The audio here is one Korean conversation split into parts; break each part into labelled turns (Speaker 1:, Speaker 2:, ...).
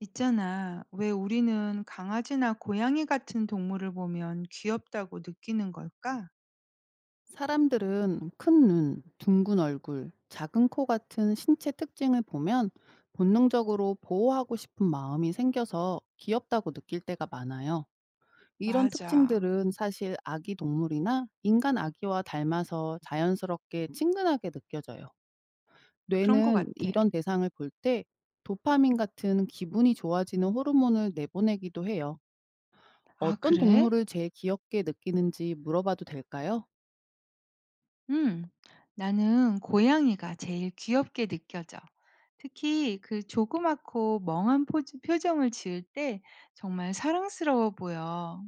Speaker 1: 있잖아. 왜 우리는 강아지나 고양이 같은 동물을 보면 귀엽다고 느끼는 걸까?
Speaker 2: 사람들은 큰 눈, 둥근 얼굴, 작은 코 같은 신체 특징을 보면 본능적으로 보호하고 싶은 마음이 생겨서 귀엽다고 느낄 때가 많아요. 이런
Speaker 1: 맞아.
Speaker 2: 특징들은 사실 아기 동물이나 인간 아기와 닮아서 자연스럽게 친근하게 느껴져요.
Speaker 1: 그런 것
Speaker 2: 뇌는
Speaker 1: 같아.
Speaker 2: 이런 대상을 볼 때 도파민 같은 기분이 좋아지는 호르몬을 내보내기도 해요.
Speaker 1: 아,
Speaker 2: 어떤
Speaker 1: 그래?
Speaker 2: 동물을 제일 귀엽게 느끼는지 물어봐도 될까요?
Speaker 1: 응. 나는 고양이가 제일 귀엽게 느껴져. 특히 그 조그맣고 멍한 포즈, 표정을 지을 때 정말 사랑스러워 보여.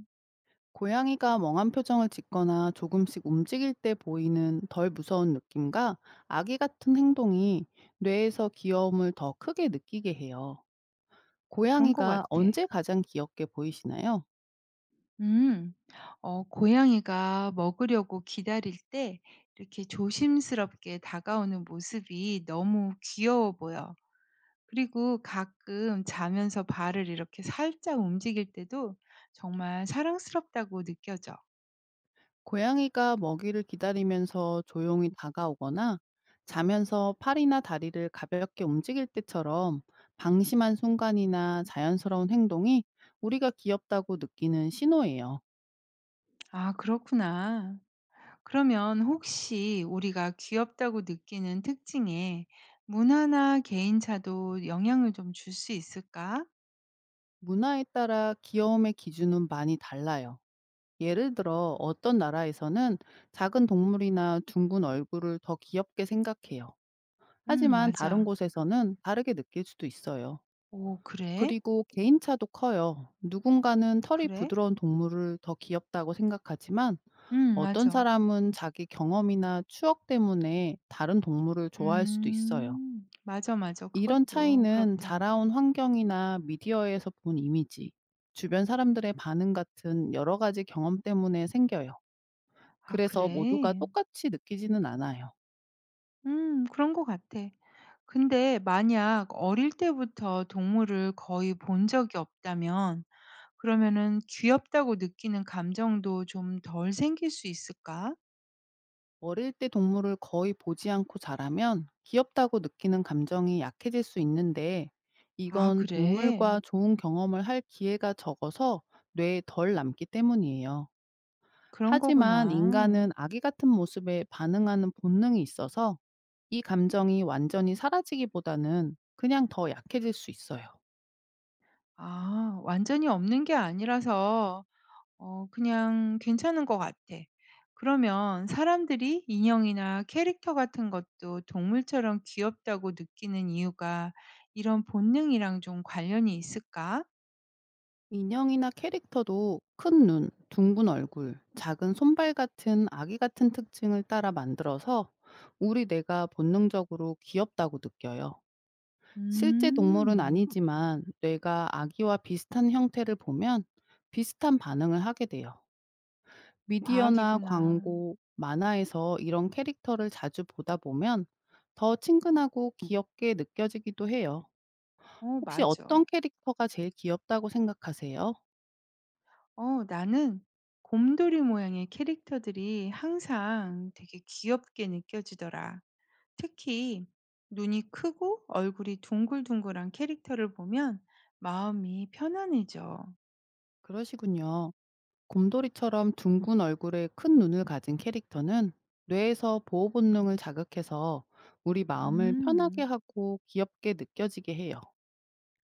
Speaker 2: 고양이가 멍한 표정을 짓거나 조금씩 움직일 때 보이는 덜 무서운 느낌과 아기 같은 행동이 뇌에서 귀여움을 더 크게 느끼게 해요.
Speaker 1: 그런 것
Speaker 2: 고양이가
Speaker 1: 같아.
Speaker 2: 언제 가장 귀엽게 보이시나요?
Speaker 1: 음. 고양이가 먹으려고 기다릴 때 이렇게 조심스럽게 다가오는 모습이 너무 귀여워 보여. 그리고 가끔 자면서 발을 이렇게 살짝 움직일 때도 정말 사랑스럽다고 느껴져.
Speaker 2: 고양이가 먹이를 기다리면서 조용히 다가오거나 자면서 팔이나 다리를 가볍게 움직일 때처럼 방심한 순간이나 자연스러운 행동이 우리가 귀엽다고 느끼는 신호예요.
Speaker 1: 아, 그렇구나. 그러면 혹시 우리가 귀엽다고 느끼는 특징에 문화나 개인차도 영향을 좀 줄 수 있을까?
Speaker 2: 문화에 따라 귀여움의 기준은 많이 달라요. 예를 들어 어떤 나라에서는 작은 동물이나 둥근 얼굴을 더 귀엽게 생각해요. 하지만 다른
Speaker 1: 맞아.
Speaker 2: 곳에서는 다르게 느낄 수도 있어요.
Speaker 1: 오, 그래?
Speaker 2: 그리고 개인차도 커요. 누군가는 털이
Speaker 1: 그래?
Speaker 2: 부드러운 동물을 더 귀엽다고 생각하지만 어떤
Speaker 1: 맞아.
Speaker 2: 사람은 자기 경험이나 추억 때문에 다른 동물을 좋아할 수도 있어요.
Speaker 1: 음. 맞아, 맞아.
Speaker 2: 이런
Speaker 1: 그것도
Speaker 2: 차이는
Speaker 1: 그렇다.
Speaker 2: 자라온 환경이나 미디어에서 본 이미지, 주변 사람들의 반응 같은 여러 가지 경험 때문에 생겨요.
Speaker 1: 아
Speaker 2: 그래서 모두가
Speaker 1: 그래?
Speaker 2: 똑같이 느끼지는 않아요.
Speaker 1: 그런 것 같아. 근데 만약 어릴 때부터 동물을 거의 본 적이 없다면 그러면은 귀엽다고 느끼는 감정도 좀 덜 생길 수 있을까?
Speaker 2: 어릴 때 동물을 거의 보지 않고 자라면 귀엽다고 느끼는 감정이 약해질 수 있는데,
Speaker 1: 아
Speaker 2: 이건
Speaker 1: 그래?
Speaker 2: 동물과 좋은 경험을 할 기회가 적어서 뇌에 덜 남기 때문이에요.
Speaker 1: 그런
Speaker 2: 하지만
Speaker 1: 거구나.
Speaker 2: 인간은 아기 같은 모습에 반응하는 본능이 있어서 이 감정이 완전히 사라지기보다는 그냥 더 약해질 수 있어요.
Speaker 1: 아 완전히 없는 게 아니라서 그냥 괜찮은 것 같아. 그러면 사람들이 인형이나 캐릭터 같은 것도 동물처럼 귀엽다고 느끼는 이유가 이런 본능이랑 좀 관련이 있을까?
Speaker 2: 인형이나 캐릭터도 큰 눈, 둥근 얼굴, 작은 손발 같은 아기 같은 특징을 따라 만들어서 우리 뇌가 본능적으로 귀엽다고 느껴요. 실제 동물은
Speaker 1: 음.
Speaker 2: 아니지만 뇌가 아기와 비슷한 형태를 보면 비슷한 반응을 하게 돼요. 미디어나
Speaker 1: 과학이구나.
Speaker 2: 광고, 만화에서 이런 캐릭터를 자주 보다 보면 더 친근하고 귀엽게 느껴지기도 해요.
Speaker 1: 어
Speaker 2: 혹시
Speaker 1: 맞아.
Speaker 2: 어떤 캐릭터가 제일 귀엽다고 생각하세요?
Speaker 1: 나는 곰돌이 모양의 캐릭터들이 항상 되게 귀엽게 느껴지더라. 특히 눈이 크고 얼굴이 둥글둥글한 캐릭터를 보면 마음이 편안해져.
Speaker 2: 그러시군요. 곰돌이처럼 둥근 얼굴에 큰 눈을 가진 캐릭터는 뇌에서 보호 본능을 자극해서 우리 마음을 편하게
Speaker 1: 음.
Speaker 2: 하고 귀엽게 느껴지게 해요.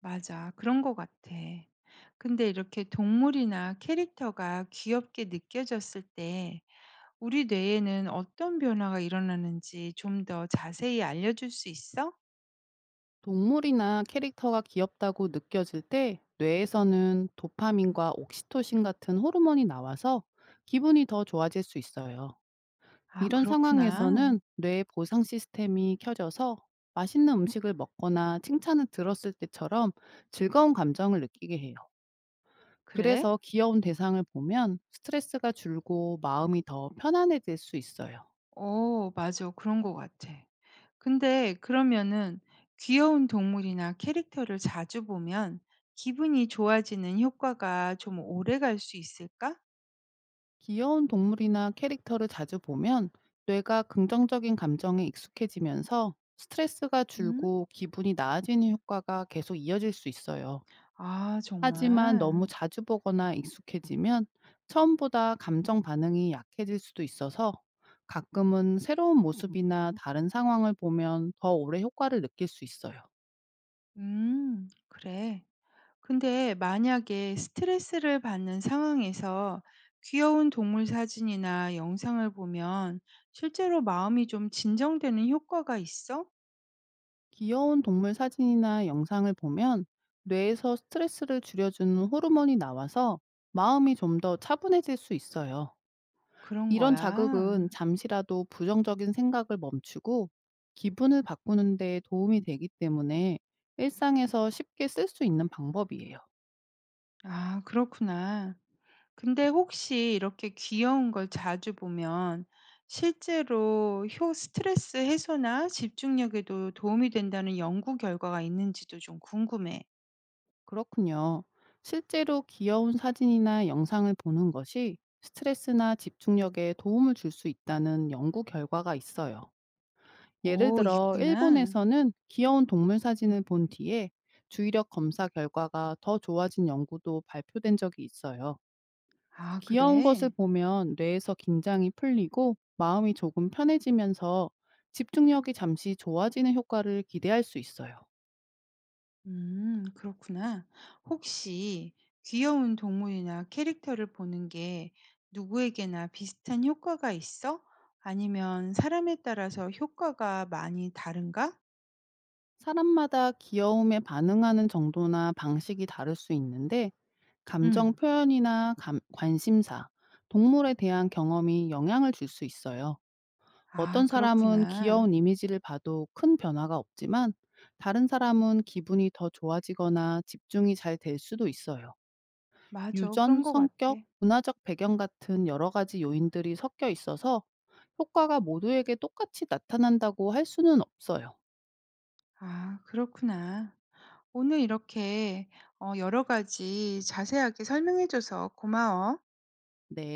Speaker 1: 맞아. 그런 것 같아. 근데 이렇게 동물이나 캐릭터가 귀엽게 느껴졌을 때 우리 뇌에는 어떤 변화가 일어나는지 좀 더 자세히 알려줄 수 있어?
Speaker 2: 동물이나 캐릭터가 귀엽다고 느껴질 때 뇌에서는 도파민과 옥시토신 같은 호르몬이 나와서 기분이 더 좋아질 수 있어요.
Speaker 1: 아,
Speaker 2: 이런 상황에서는
Speaker 1: 그렇구나.
Speaker 2: 뇌의 보상 시스템이 켜져서 맛있는 음식을 먹거나 칭찬을 들었을 때처럼 즐거운 감정을 느끼게 해요.
Speaker 1: 그래?
Speaker 2: 그래서 귀여운 대상을 보면 스트레스가 줄고 마음이 더 편안해질 수 있어요.
Speaker 1: 어, 맞아. 그런 것 같아. 근데 그러면은 귀여운 동물이나 캐릭터를 자주 보면 기분이 좋아지는 효과가 좀 오래 갈 수 있을까?
Speaker 2: 귀여운 동물이나 캐릭터를 자주 보면 뇌가 긍정적인 감정에 익숙해지면서 스트레스가
Speaker 1: 응?
Speaker 2: 줄고 기분이 나아지는 효과가 계속 이어질 수 있어요.
Speaker 1: 아,
Speaker 2: 하지만
Speaker 1: 정말.
Speaker 2: 너무 자주 보거나 익숙해지면 처음보다 감정 반응이 약해질 수도 있어서 가끔은 새로운 모습이나 다른 상황을 보면 더 오래 효과를 느낄 수 있어요.
Speaker 1: 그래. 근데 만약에 스트레스를 받는 상황에서 귀여운 동물 사진이나 영상을 보면 실제로 마음이 좀 진정되는 효과가 있어?
Speaker 2: 귀여운 동물 사진이나 영상을 보면 뇌에서 스트레스를 줄여주는 호르몬이 나와서 마음이 좀 더 차분해질 수 있어요.
Speaker 1: 그런
Speaker 2: 이런
Speaker 1: 거야.
Speaker 2: 자극은 잠시라도 부정적인 생각을 멈추고 기분을 바꾸는 데 도움이 되기 때문에 일상에서 쉽게 쓸 수 있는 방법이에요.
Speaker 1: 아, 그렇구나. 근데 혹시 이렇게 귀여운 걸 자주 보면 실제로 효 스트레스 해소나 집중력에도 도움이 된다는 연구 결과가 있는지도 좀 궁금해.
Speaker 2: 그렇군요. 실제로 귀여운 사진이나 영상을 보는 것이 스트레스나 집중력에 도움을 줄 수 있다는 연구 결과가 있어요. 예를
Speaker 1: 오,
Speaker 2: 들어
Speaker 1: 있구나.
Speaker 2: 일본에서는 귀여운 동물 사진을 본 뒤에 주의력 검사 결과가 더 좋아진 연구도 발표된 적이 있어요.
Speaker 1: 아,
Speaker 2: 귀여운 것을
Speaker 1: 그래.
Speaker 2: 보면 뇌에서 긴장이 풀리고 마음이 조금 편해지면서 집중력이 잠시 좋아지는 효과를 기대할 수 있어요.
Speaker 1: 그렇구나. 혹시 귀여운 동물이나 캐릭터를 보는 게 누구에게나 비슷한 효과가 있어? 아니면 사람에 따라서 효과가 많이 다른가?
Speaker 2: 사람마다 귀여움에 반응하는 정도나 방식이 다를 수 있는데 감정
Speaker 1: 음,
Speaker 2: 표현이나 관심사, 동물에 대한 경험이 영향을 줄 수 있어요.
Speaker 1: 아,
Speaker 2: 어떤 사람은
Speaker 1: 그렇구나.
Speaker 2: 귀여운 이미지를 봐도 큰 변화가 없지만 다른 사람은 기분이 더 좋아지거나 집중이 잘 될 수도 있어요.
Speaker 1: 맞아.
Speaker 2: 유전,
Speaker 1: 그런 것 같아.
Speaker 2: 성격, 문화적 배경 같은 여러 가지 요인들이 섞여 있어서 효과가 모두에게 똑같이 나타난다고 할 수는 없어요.
Speaker 1: 아, 그렇구나. 오늘 이렇게 여러 가지 자세하게 설명해줘서 고마워.
Speaker 2: 네.